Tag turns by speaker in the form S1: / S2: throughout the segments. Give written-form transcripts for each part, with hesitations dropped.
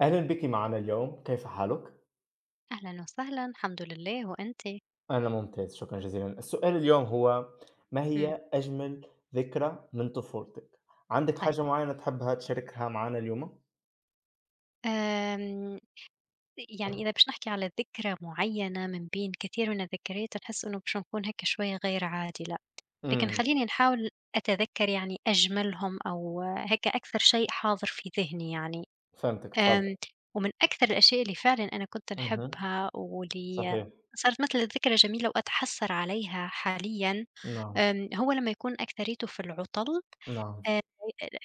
S1: أهلا بك معنا اليوم، كيف حالك؟
S2: أهلًا وسهلًا، الحمد لله وأنتِ؟
S1: أنا ممتاز، شكرا جزيلا. السؤال اليوم هو، ما
S2: إمم.
S1: هي أجمل ذكرى من طفولتك؟ عندك
S2: طيب.
S1: حاجة معينة تحبها تشاركها معنا اليوم؟
S2: آمم، يعني إذا باش نحكي على ذكرى معيّنة من بين كثير من الذكريات نحس إنه باش نكون هيك شوية غير عادلة، لكن
S1: امم.
S2: خلّيني نحاول. أتذكّر يعني أجملهم أو هيك أكثر شيء حاضر في ذهني يعني.
S1: فهمتك، تفضل.
S2: آمم، ومن أكثر الأشياء اللي فعلًا أنا كنت
S1: اها،
S2: نحبها واللي
S1: صحيح.
S2: صارت مثل الذكرى جميلة وأتحسّر عليها حاليًا.
S1: نعم.
S2: هو لمّا يكون أكتريته في العُطَل.
S1: نعم.
S2: آآ،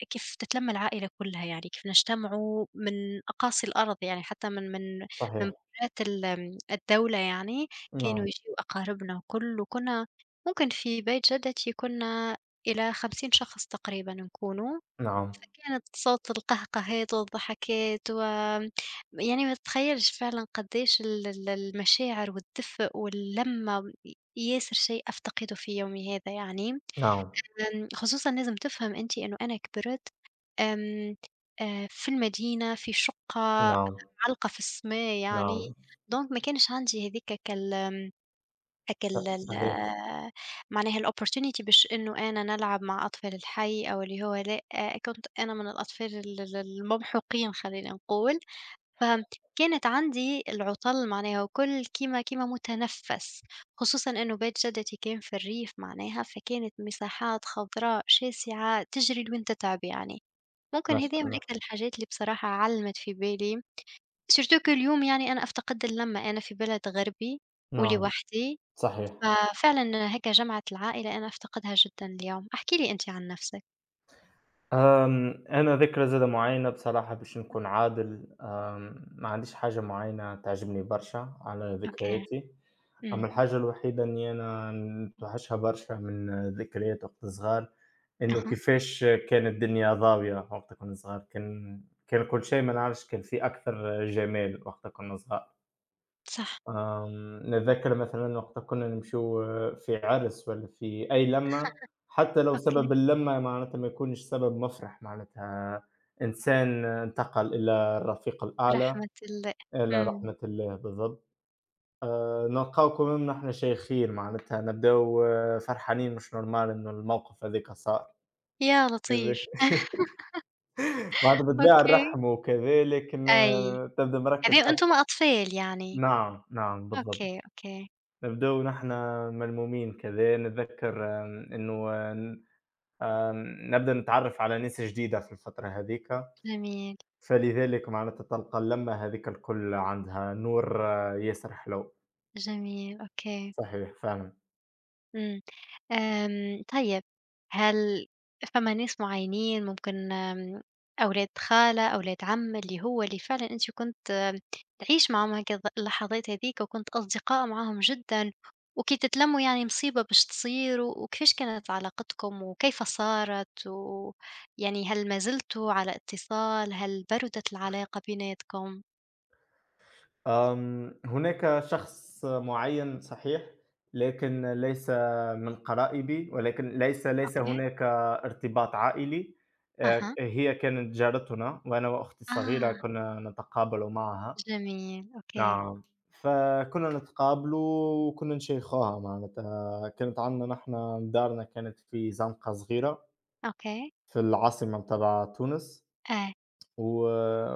S2: كيف تتلَمّ العائلة كلّها يعني، كيف نجتمعوا من أقاصي الأرض يعني حتى من
S1: صحيح.
S2: برّات ال الدولة يعني. كانوا
S1: نعم.
S2: يجيوا أقاربنا وكل وكنا ممكن في بيت جدتي كنا إلى 50 شخص تقريبًا نكونوا.
S1: نعم.
S2: فكانت صوت القهقهات والضحكات و يعني ما تتخيّلش فعلًا قدّيش ال المشاعر والدفء واللمّة ياسر شيء أفتقده في يومي هذا يعني.
S1: نعم.
S2: خصوصًا لازم تفهم أنت إنه أنا كبرت. آمم، في المدينة في شقة
S1: نعم.
S2: معلقة في السما يعني.
S1: نعم.
S2: دونك ما كانش عندي هاذيك ك ال أك ال ال
S1: صحيح.
S2: معناها الopportunity باش إنه أنا نلعب مع أطفال الحي أو اللي هو لأ، كنت أنا من الأطفال ال الممحوقين خلّينا نقول. فكانت عندي العُطَل معناها وكل كيما متنفّس. خصوصًا إنه بيت جدتي كان في الريف معناها، فكانت مساحات خضراء شاسعة تجري لوين تتعب يعني. ممكن
S1: ما شاء
S2: هذيا من
S1: الله.
S2: أكثر الحاجات اللي بصراحة علّمت في بالي. surtout que اليوم يعني أنا أفتقد اللمّة، أنا في بلد غربي إمم.
S1: نعم.
S2: ولوحدي.
S1: صحيح.
S2: ففعلًا هيك جمعة العائلة أنا أفتقدها جدًا اليوم، احكِ لي أنتِ عن نفسِك.
S1: أنا ذكرى زادة معيّنة بصراحة باش نكون عادل، ما عنديش حاجة معيّنة تعجبني برشا على
S2: أوكي.
S1: ذكرياتي.
S2: إمم.
S1: أما الحاجة الوحيدة إني أنا نتوحشها برشا من ذكريات وقت صغار، إنه
S2: أها.
S1: كيفاش كانت الدنيا ضاوية وقت كنا صغار. كان كل شيء ما نعرفش، كان في أكثر جمال وقت كنا صغار.
S2: صح.
S1: نتذكّر مثلًا وقت كنّا نمشيو في عرس والّا في أي لمّة، حتى لو سبب
S2: أوكي.
S1: اللمّة معناتها ما يكونش سبب مفرح، معناتها إنسان انتقل إلى الرفيق الأعلى،
S2: رحمة الله.
S1: إلى
S2: إمم.
S1: رحمة الله بالضبط. نلقاو كمان نحن شايخين معناتها نبداو فرحانين، مش normal إنه الموقف هاذيك صار
S2: يا
S1: كذا
S2: لطيف.
S1: معناتها بالطبيعة
S2: أوكي.
S1: نرحّموا وكذا، لكن
S2: أي.
S1: تبدا مركّز
S2: هذي وأنتم
S1: أكتر.
S2: أطفال يعني.
S1: نعم، نعم بالضبط.
S2: أوكي، أوكي.
S1: نبدأ نحن ملمومين كذا، نتذكر إنه نبدأ نتعرّف على ناس جديدة في الفترة هاذيك.
S2: جميل.
S1: فلذلك معناتها تلقى اللمة هاذيك الكل عندها نور، ياسر حلو.
S2: جميل. أوكي.
S1: صحيح فعلًا.
S2: إمم. طيب. هل فما ناس معيّنين ممكن أولاد خالة، أولاد عم، اللي هو اللي فعلًا أنتِ كنت تعيش معاهم هكذا اللحظات هاذيك وكنت أصدقاء معاهم جدًا، وكي تتلمّوا يعني مصيبة باش تصير، و- وكيفاش كانت علاقتكم وكيف صارت؟ ويعني هل ما زلتوا على اتصال؟ هل بردت العلاقة بيناتكم؟
S1: هناك شخص معيّن صحيح، لكن ليس من قرائبي، ولكن ليس
S2: أوكي.
S1: هناك ارتباط عائلي.
S2: أها.
S1: هي كانت جارتنا، وأنا وأختي الصغيرة
S2: آه.
S1: كنا نتقابل معها.
S2: جميل. أوكي.
S1: نعم. فكُنّا نتقابلوا وكُنّا نشيخوها معناتها. كانت عندنا نحن دارنا كانت في زنقة صغيرة
S2: أوكي.
S1: في العاصمة تبع تونس،
S2: آه.
S1: و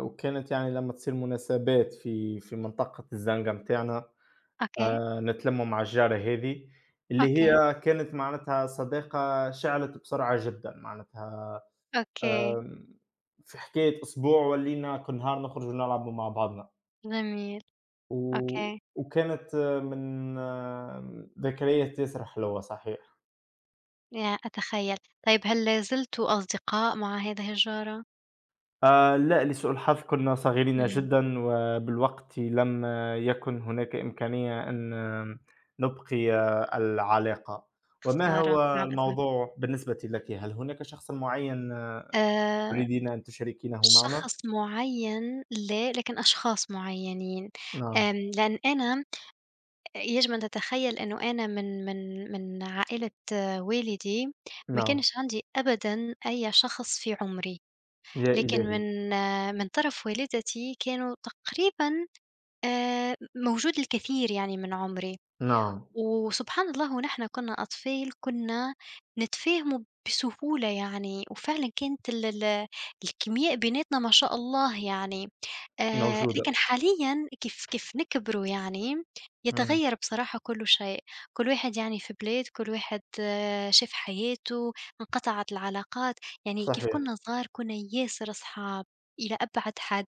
S1: وكانت يعني لمّا تصير مناسبات في منطقة الزنقة متاعنا،
S2: أوكي.
S1: نتلمّوا مع الجارة هذه، اللي
S2: أوكي.
S1: هي كانت معناتها صداقة شِعلت بسرعة جدًا معناتها.
S2: أوكي.
S1: آمم في حكاية أسبوع ولّينا كل نهار نخرجوا نلعبوا مع بعضنا.
S2: جميل.
S1: و
S2: أوكي.
S1: وكانت من ذكريات ياسر حلوة صحيح.
S2: يا أتخيّل. طيب هل زلتوا أصدقاء مع هذه الجارة؟
S1: لأ، لسوء الحظ كنا صغيرين
S2: إمم.
S1: جدًا، وبالوقت لم يكن هناك إمكانية أن نبقي العلاقة. وما
S2: خسارة
S1: هو
S2: مع الأسف.
S1: الموضوع بالنسبة لكِ؟ هل هناك شخص معين
S2: آآ،
S1: تريدين أن تشاركينه معنا؟
S2: شخص معيّن لا، لكن أشخاص معيّنين.
S1: نعم.
S2: لأن أنا يجب أن تتخيّل إنه أنا من عائلة والدي ما
S1: نعم.
S2: كانش عندي أبدًا أي شخص في عمري،
S1: يا
S2: لكن
S1: إلهي!
S2: من طرف والدتي كانوا تقريبًا موجود الكثير يعني من عمري.
S1: نعم.
S2: وسبحان الله ونحن كنا أطفال كنا نتفاهموا بسهولة يعني وفعلًا كانت ال الكيمياء بيناتنا ما شاء الله يعني. لكن
S1: موجودة.
S2: حاليًا كيف نكبروا يعني
S1: إمم.
S2: يتغيّر بصراحة كل شيء. كل واحد يعني في بلاد، كل واحد شاف حياته، انقطعت العلاقات. يعني كيف
S1: صحيح.
S2: كنا صغار كنا ياسر صحاب إلى أبعد حد،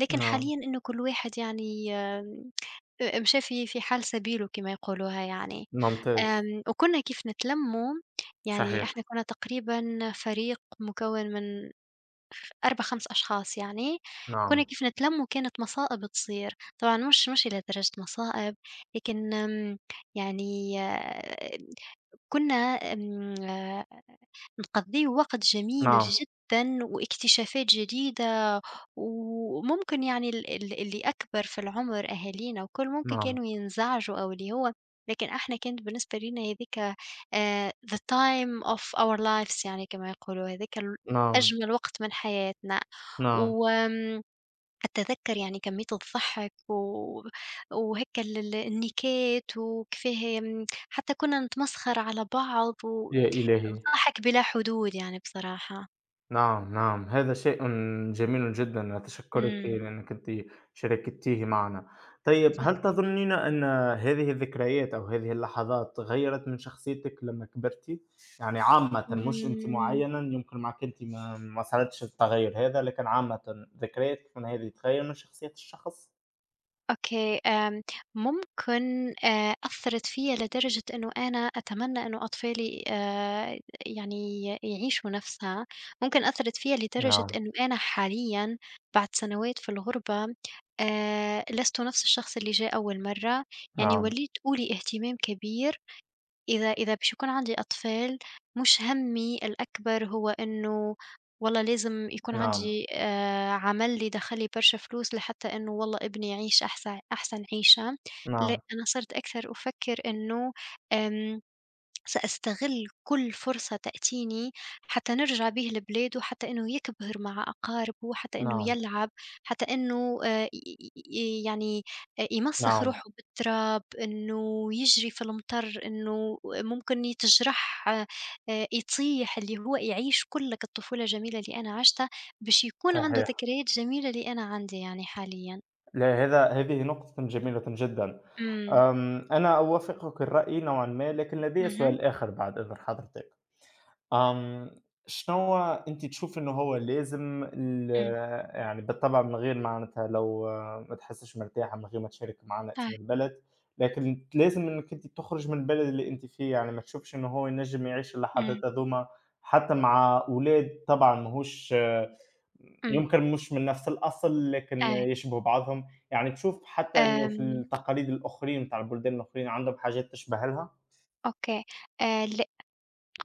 S2: لكن
S1: نعم.
S2: حاليًا إنه كل واحد يعني مشى في حال سبيله كما يقولوها يعني.
S1: ممتاز.
S2: وكنا كيف نتلمّوا يعني
S1: صحيح.
S2: إحنا كنا تقريبًا فريق مكوّن من خ 4، 5 أشخاص يعني. كنا
S1: نعم.
S2: كيف نتلمّوا كانت مصائب تصير، طبعًا مش إلى درجة مصائب، لكن يعني كنا آمم نقضّيو وقت جميل
S1: نعم.
S2: جدًا واكتشافات جديدة. وممكن يعني ال اللي أكبر في العُمر أهالينا وكل ممكن
S1: نعم.
S2: كانوا ينزعجوا أو اللي هو. لكن إحنا كانت بالنسبة لينا هاذيك the time of our lives يعني كما يقولوا، هاذاك ال
S1: نعم.
S2: أجمل وقت من حياتنا.
S1: نعم.
S2: وآمم أتذكّر يعني كمية الضحك و وهيك ال النكات وكيفاه حتى كُنّا نتمسخر على بعض و
S1: يا إلهي!
S2: ضحك بلا حدود يعني بصراحة.
S1: نعم، نعم، هذا شيء جميل جدًا، أتشكرِك
S2: إمم.
S1: لأنِك أنتِ شاركتيه معنا. طيب هل
S2: صحيح.
S1: تظنين أن هذه الذكريات أو هذه اللحظات غيّرت من شخصيتِك لمّا كبرتِ؟ يعني عامةً مش أنتِ
S2: إمم.
S1: معينًا، يمكن معاكِ أنتِ ما صارتش التغيُّر هذا، لكن عامةً ذكريات من هذه تغيّر من شخصية الشخص؟
S2: أوكي. ممكن أثّرت فيّا لدرجة إنه أنا أتمنى إنه أطفالي يعني يعيشوا نَفْسها. ممكن أثّرت فيّا لدرجة
S1: نعم.
S2: إنه أنا حاليًا بعد سنوات في الغُربة لست نَفْس الشخص اللي جه أول مرّة. يعني
S1: نعم.
S2: ولّيت أولي اهتمام كبير إذا باش يكون عندي أطفال. مش هَمّي الأكبر هو إنه والله لازم يكون
S1: نعم.
S2: عندي عمل لي دخّل لي برشا فلوس لحتى إنه والله ابني يعيش أحسن أحسن عيشة. لأ
S1: نعم.
S2: أنا صرت أكثر أفكّر إنه آمم سأستغل كل فرصة تأتيني حتى نرجع بيه لبلاده حتى إنه يكبر مع أقاربه حتى إنه
S1: نعم.
S2: يلعب حتى إنه يعني يمسخ
S1: نعم.
S2: روحه بالتراب إنه يجري في المطر إنه ممكن يتجرح يطيح اللي هو يعيش كلك الطفولة الجميلة اللي أنا عشتها باش يكون عنده
S1: صحيح.
S2: ذكريات جميلة اللي أنا عندي يعني حاليا.
S1: لا، هذا هذه نقطة جميلة جدًا.
S2: امم
S1: أنا أوافقك الرأي نوعًا ما، لكن لدي
S2: اها.
S1: سؤال آخر بعد إذن حضرتك. آمم، شنو أنتِ تشوفي إنه هو لازم
S2: امم
S1: يعني بالطبع من غير معناتها لو ما تحسّيش مرتاحة من غير ما تشاركي معانا اسم
S2: اه.
S1: البلد، لكن لازم إنِّك أنتِ تخرج من البلد اللي أنتِ فيه، يعني ما تشوفش إنه هو ينجم يعيش اللحظات
S2: امم
S1: هاذوما حتى مع أولاد طبعًا ماهوش
S2: امم
S1: يمكن مش من نفس الأصل، لكن
S2: اه.
S1: يشبهوا بعضهم، يعني تشوف حتى إنه في
S2: أم،
S1: التقاليد الآخرين متاع البلدان الآخرين عندهم حاجات تشبه لها؟
S2: اوكي. آه،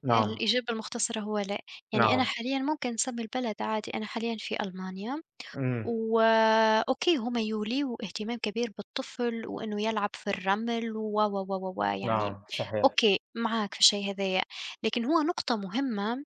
S1: نعم.
S2: الإجابة المختصرة هو لأ. يعني أنا
S1: نعم.
S2: حاليًا ممكن نسمّي البلد عادي، أنا حاليًا في ألمانيا.
S1: إمم.
S2: وأوكي هم يوليوا اهتمام كبير بالطفل وإنه يلعب في الرمل و، و، و، و، يعني
S1: نعم. صحيح.
S2: أوكي معاك في الشي هذايا. لكن هو نقطة مهمة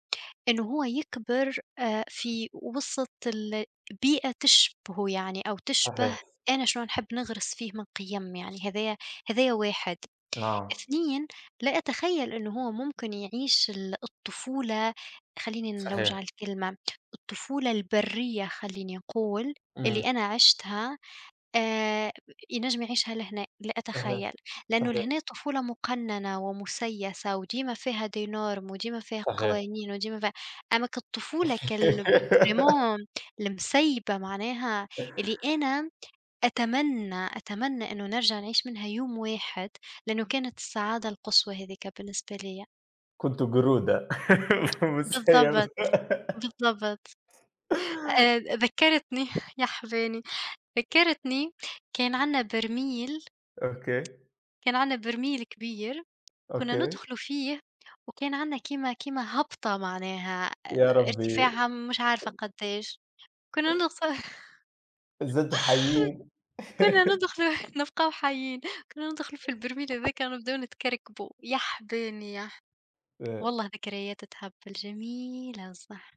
S2: إنه هو يكبر في وسط ال بيئة تشبهه يعني أو تشبه
S1: صحيح.
S2: أنا شنو نحب نغرس فيه من قيم يعني هذايا. هذايا واحد.
S1: نعم.
S2: 2. لا أتخيّل إن هو ممكن يعيش الطفولة. خلّيني نلوّج على
S1: صحيح.
S2: الكلمة، الطفولة البريّة خلّيني أقول،
S1: إمم.
S2: اللي أنا عِشتها آآ ينجم يعيشها لهنا. لا
S1: صحيح.
S2: أتخيّل، لإنه
S1: صحيح.
S2: لهنا طفولة مقنّنة ومُسيّسة وديما فيها دي norm وديما فيها
S1: صحيح.
S2: قوانين وديما فيها أما كالطفولة كال vraiment المسيبة معناها اللي أنا أتمنى، أتمنى إنه نرجع نعيش منها يوم واحد، لإنه كانت السعادة القصوى هاذيك بالنسبة ليَّ.
S1: كنت قرودة مسيب.
S2: بالضبط. بالضبط. ذكّرتني يا حباني. ذكّرتني كان عندنا برميل.
S1: أوكي،
S2: كان عندنا برميل كبير كنا
S1: أوكي.
S2: ندخلوا فيه وكان عندنا كيما هبطة معناها
S1: يا ربي،
S2: ارتفاعها مش عارفة قدّاش. كنا ندخ
S1: زلتوا حيين
S2: كنا ندخلوا نبقاو حيين. كنا ندخلوا في البرميل هاذاك ونبداو نتكركبوا، يا حباني، يا
S1: آآ،
S2: والله ذكريات تهبل جميلة صح.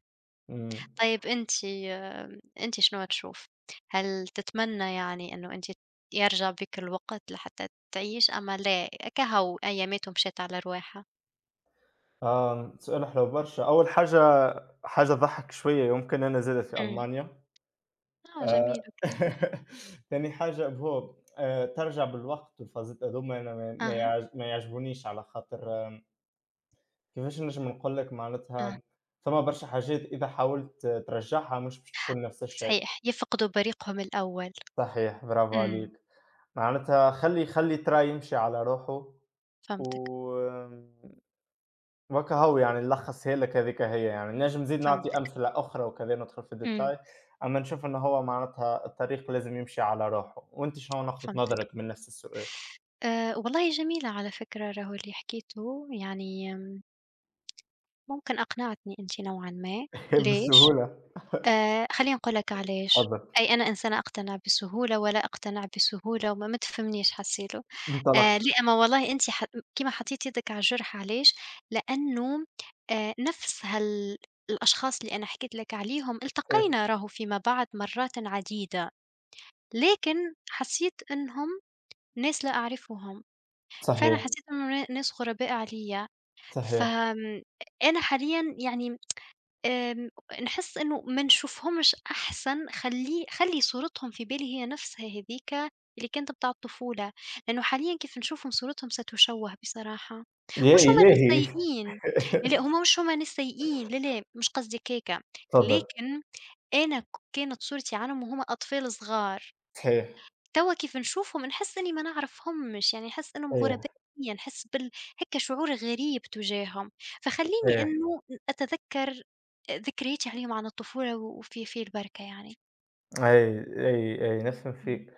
S1: إمم.
S2: طيب أنتِ أنتِ شنو تشوف؟ هل تتمنى يعني إنه أنتِ يرجع بيك الوقت لحتى تعيش أما لا كهو أياماته مشات على رواحها؟
S1: سؤال حلو برشا. أول حاجة تضحّك شوية، يمكن أنا زادة في
S2: إمم.
S1: ألمانيا.
S2: آه
S1: آآ،
S2: جميل أوكي.
S1: تاني حاجة هو، ترجع بالوقت والفازات هاذوما أنا
S2: أها.
S1: ما يعجبونيش على خاطر كيفاش نجم نقول لك
S2: آه.
S1: معناتها ثما برشا حاجات إذا حاولت ترجّعها مش باش تكون نفس الشيء،
S2: صحيح، يفقدوا بريقهم الأول.
S1: صحيح برافو عليك،
S2: إمم.
S1: معناتها خلّي ترا يمشي على روحه، و
S2: فهمتك.
S1: آمم، وهاكا هو يعني نلخّصها لك هاذيك هي يعني، نجم نزيد نعطي
S2: فهمتك.
S1: أمثلة أخرى وكذا ندخل في
S2: إمم.
S1: الdetail، أمّا نشوف إنه هو معناتها الطريق لازم يمشي على روحه. وأنت شنو نقطة
S2: فهمتك.
S1: نظرك من نفس السؤال؟
S2: والله جميلة على فكرة راهو اللي حكيته، يعني ممكن أقنعتني أنتِ نوعًا ما. ليش؟
S1: بسهولة.
S2: خلّيني أقول لك علاش.
S1: تفضل.
S2: أي أنا إنسانة أقتنع بسهولة ولا أقتنع بسهولة وما ما تفهمنيش حسيلو.
S1: انطلق.
S2: لأ ما والله أنتِ كيما حطيتِ يدِك على الجرح علاش. لأنه نفس هال الأشخاص اللي أنا حكيت لك عليهم التقينا راهو فيما بعد مرّات عديدة، لكن حسيت إنهم ناس لا أعرفهم. فأنا
S1: صحيح.
S2: حسيت إنه ناس غرباء عليَّ.
S1: صحيح.
S2: فآمم أنا حاليًا يعني آمم، نحس إنه ما نشوفهمش أحسن، خلّي صورتهم في بالي هي نفسها هاذيك اللي كانت بتاع الطفولة. لأنه حاليًا كيف نشوفهم صورتهم ستشوه بصراحة.
S1: يا
S2: مش هُم ناس
S1: إلهي!
S2: سيئين. لا، لأ، هُم مش هُم ناس سيئين. لا، لا، مش قصدي هيك.
S1: تفضل.
S2: لكن أنا كانت صورتي عنهم وهُم أطفال صغار.
S1: صحيح.
S2: توا كيف نشوفهم نحس إني ما نعرفهمش، يعني نحس إنهم
S1: أيوه،
S2: غرباء ليّا، نحس بال هيك شعور غريب تجاههم. فخلّيني
S1: أيوه،
S2: إنه أتذكّر ذكرياتي عليهم عن الطفولة وفي البركة يعني.
S1: أي، أي، أي، نفس
S2: إمم.
S1: الشيء.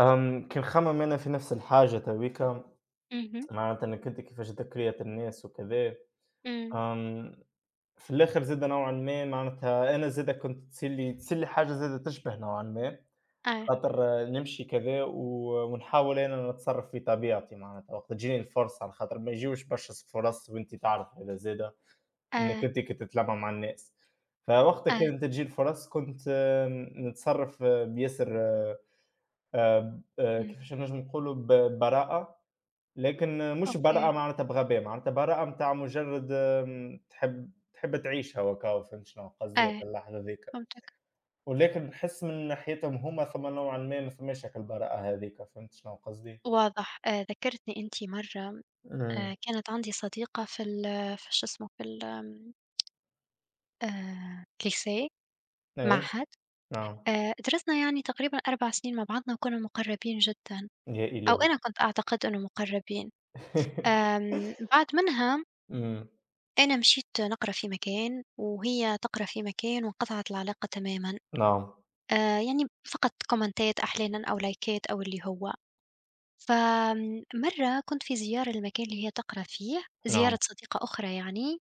S1: كي نخمم أنا في نفس الحاجة تويكا،
S2: اهم.
S1: معناتها إنك أنت كيفاش ذكرية الناس وكذا.
S2: إمم.
S1: آمم، في الآخر زادة نوعًا ما معناتها أنا زادة كنت تصير لي حاجة زادة تشبه نوعًا ما،
S2: آه.
S1: خاطر نمشي كذا و ونحاول أنا نتصرف في طبيعتي معناتها وقت تجيني الفرصة، على خاطر ما يجيوش برشا فرص وأنت تعرف هذا زادة، إنك
S2: آه.
S1: أنت كي تتلمّع مع الناس، فوقتها
S2: آه.
S1: كانت تجي الفرص كنت نتصرف بياسر آآ ب
S2: إمم.
S1: كيفاش نجم نقولوا ب براءة، لكن مش براءة
S2: أوكي.
S1: معناتها بغباء، معناتها براءة متاع مجرد تحب تعيشها وكا فهمت شنو قصدي
S2: آه.
S1: في اللحظة ذيك.
S2: فهمتك.
S1: ولكن نحس من ناحيتهم هُم ثم نوعًا ما ما ثماش هاك البراءة هاذيك، فهمت شنو قصدي؟
S2: واضح. ذكّرتني أنتِ مرّة
S1: إمم.
S2: كانت عندي صديقة في ال في شو اسمه، في ال الlycée
S1: أي.
S2: معهد.
S1: نعم.
S2: درسنا يعني تقريبًا 4 سنين مع بعضنا وكنا مُقرّبين جدًا.
S1: يا
S2: أو
S1: إلهي!
S2: أنا كنت أعتقد إنه مقرّبين. بعد منها
S1: إمم.
S2: أنا مشيت نقرا في مكان، وهي تقرا في مكان وانقطعت العلاقة تمامًا.
S1: نعم.
S2: يعني فقط كومنتات أحيانًا أو لايكات أو اللي هو. فمرّة كنت في زيارة للمكان اللي هي تقرا فيه،
S1: نعم.
S2: زيارة صديقة أخرى يعني.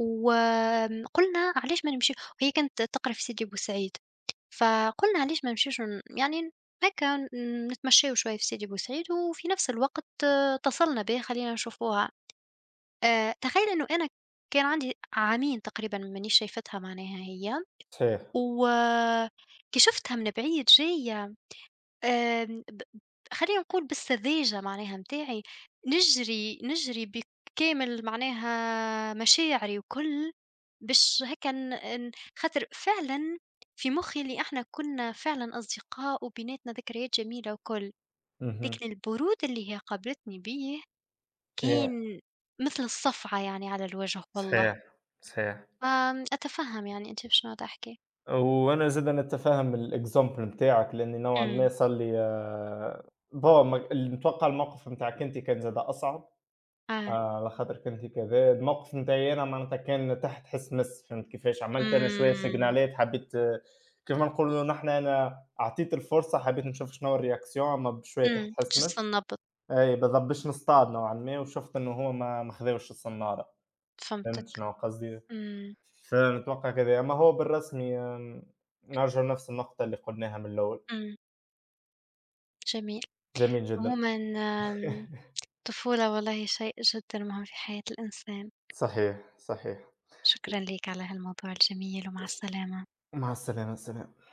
S2: وقُلنا علاش ما نمشي وهي كانت تقرا في سيدي بوسعيد. فقُلنا علاش ما نمشيوش ن يعني هاكا نتمشّيو شوية في سيدي بوسعيد، وفي نفس الوقت اتصلنا بها خلّينا نشوفوها. تخيّل إنه أنا كان عندي عامين تقريبًا مانيش شايفتها معناها هي.
S1: صحيح.
S2: وكي شُفتها من بعيد جاية آمم ب خلّينا نقول بالسذاجة معناها متاعي، نجري، نجري بكامل معناها مشاعري وكل، باش هاكا ن ن خاطر فعلًا في مخي اللي إحنا كنا فعلًا أصدقاء وبيناتنا ذكريات جميلة وكل.
S1: اهم.
S2: لكن البرود اللي هي قابلتني بيه
S1: يا
S2: كان مثل الصفعة يعني على الوجه والله.
S1: صحيح. صحيح.
S2: أتفهم يعني أنتِ بشنو عم تحكي.
S1: وأنا زاد أنا أتفهم الexample نتاعك، لأني نوعًا ما
S2: إمم.
S1: صار لي بون ما نتوقع الموقف نتاعك أنت كان زاد أصعب.
S2: آه.
S1: على خاطر كنت كذا، الموقف نتاعي أنا معناتها كان تحت حس مس، فهمت كيفاش، عملت أنا شوية
S2: إمم.
S1: سيجنالات حبيت كيما نقولوا نحن أنا أعطيت الفرصة حبيت نشوف شنو الreaction أما بشوية تحت
S2: إمم.
S1: حس
S2: جِس
S1: مس،
S2: النبض.
S1: أي بالضبط باش نصطاد نوعًا ما وشُفت إنه هو ما خداوش الصنارة، فهمت
S2: فهمتِك.
S1: شنو قصدي؟
S2: إمم.
S1: فعلًا أتوقع كذا، أما هو بالرسمي نرجع لنفس النقطة اللي قلناها من الأول.
S2: إمم. جميل.
S1: جميل جدًا.
S2: عمومًا آمم، الطفولة والله شيء جدًا مهم في حياة الإنسان.
S1: صحيح، صحيح.
S2: شكرًا ليك على هالموضوع الجميل ومع السلامة.
S1: مع السلامة، سلام.